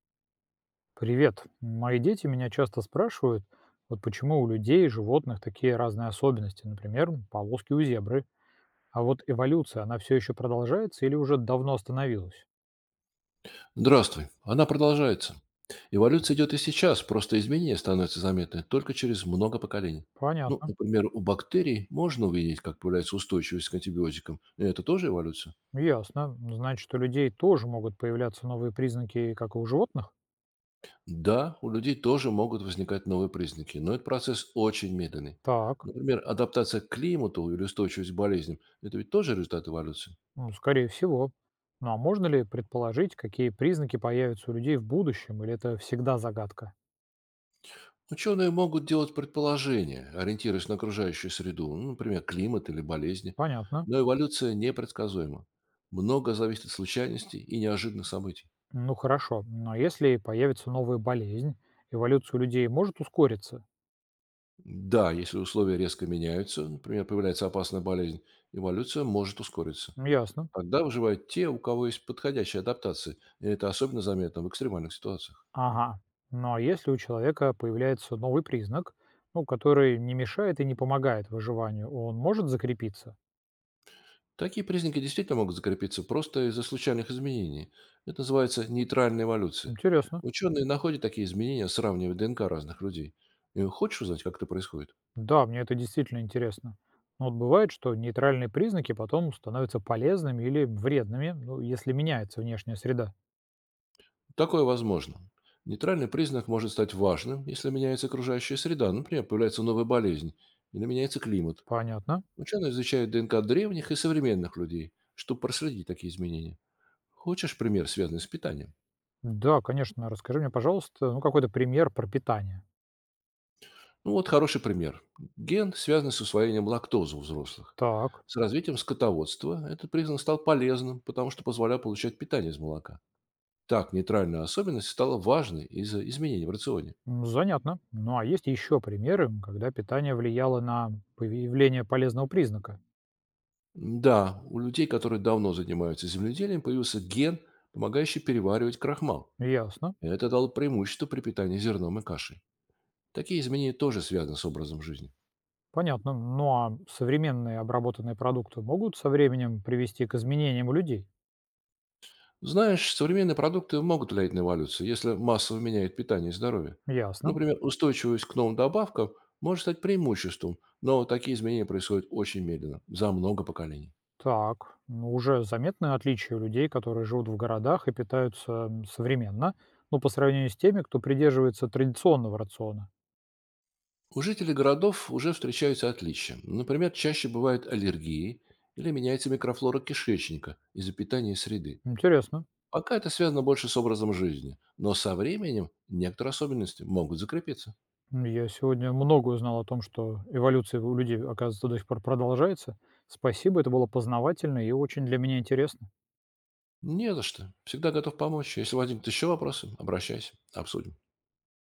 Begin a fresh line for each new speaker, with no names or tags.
Привет. Мои дети меня часто спрашивают, вот почему у людей и животных такие разные особенности, например, полоски у зебры. А вот эволюция, она все еще продолжается или уже давно остановилась?
Здравствуй. Она продолжается. Эволюция идет и сейчас, просто изменения становятся заметны только через много поколений. Ну,
Понятно.
например, у бактерий можно увидеть, как появляется устойчивость к антибиотикам. И это тоже эволюция?
Ясно. Значит, у людей тоже могут появляться новые признаки, как и у животных?
Да, у людей тоже могут возникать новые признаки, но этот процесс очень медленный.
Так,
Например, адаптация к климату или устойчивость к болезням – это ведь тоже результат эволюции.
ну, скорее всего. Ну а можно ли предположить, какие признаки появятся у людей в будущем, или это всегда загадка?
Ученые могут делать предположения, ориентируясь на окружающую среду, ну, например, климат или болезни,
Понятно.
но эволюция непредсказуема. Много зависит от случайностей и неожиданных событий.
Ну хорошо, но если появится новая болезнь, эволюция людей может ускориться?
Да, если условия резко меняются, например, появляется опасная болезнь, эволюция может ускориться.
Ясно.
Тогда выживают те, у кого есть подходящая адаптация, и это особенно заметно в экстремальных ситуациях.
Ага. Но если у человека появляется новый признак, ну, который не мешает и не помогает выживанию, он может закрепиться?
Такие признаки действительно могут закрепиться просто из-за случайных изменений. Это называется нейтральной эволюцией.
Интересно.
Ученые находят такие изменения, сравнивая ДНК разных людей. И хочешь узнать, как это происходит?
Да, мне это действительно интересно. Но вот бывает, что нейтральные признаки потом становятся полезными или вредными, ну, если меняется внешняя среда.
Такое возможно. Нейтральный признак может стать важным, если меняется окружающая среда, например, появляется новая болезнь или меняется климат.
Понятно.
Ученые изучают ДНК древних и современных людей, чтобы проследить такие изменения. Хочешь пример, связанный с питанием?
Да, конечно. Расскажи мне, пожалуйста, ну, какой-то пример про питание.
Ну вот хороший пример. Ген, связанный с усвоением лактозы у взрослых.
Так.
С развитием скотоводства этот признак стал полезным, потому что позволял получать питание из молока. Так нейтральная особенность стала важной из-за изменений в рационе.
Занятно. Ну а есть еще примеры, когда питание влияло на появление полезного признака?
Да, у людей, которые давно занимаются земледелием, появился ген, помогающий переваривать крахмал.
Ясно.
Это дало преимущество при питании зерном и кашей. Такие изменения тоже связаны с образом жизни.
Понятно. Ну а современные обработанные продукты могут со временем привести к изменениям у людей?
Знаешь, современные продукты могут влиять на эволюцию, если массово меняют питание и здоровье.
Ясно.
Например, устойчивость к новым добавкам может стать преимуществом, но такие изменения происходят очень медленно, за много поколений.
Так, ну, уже заметны отличия у людей, которые живут в городах и питаются современно, ну, по сравнению с теми, кто придерживается традиционного рациона.
У жителей городов уже встречаются отличия. Например, чаще бывают аллергии или меняется микрофлора кишечника из-за питания и среды.
Интересно.
Пока это связано больше с образом жизни, но со временем некоторые особенности могут закрепиться.
Я сегодня много узнал о том, что эволюция у людей, оказывается, до сих пор продолжается. Спасибо, это было познавательно и очень для меня интересно.
Не за что. Всегда готов помочь. Если возникнут еще вопросы, обращайся, обсудим.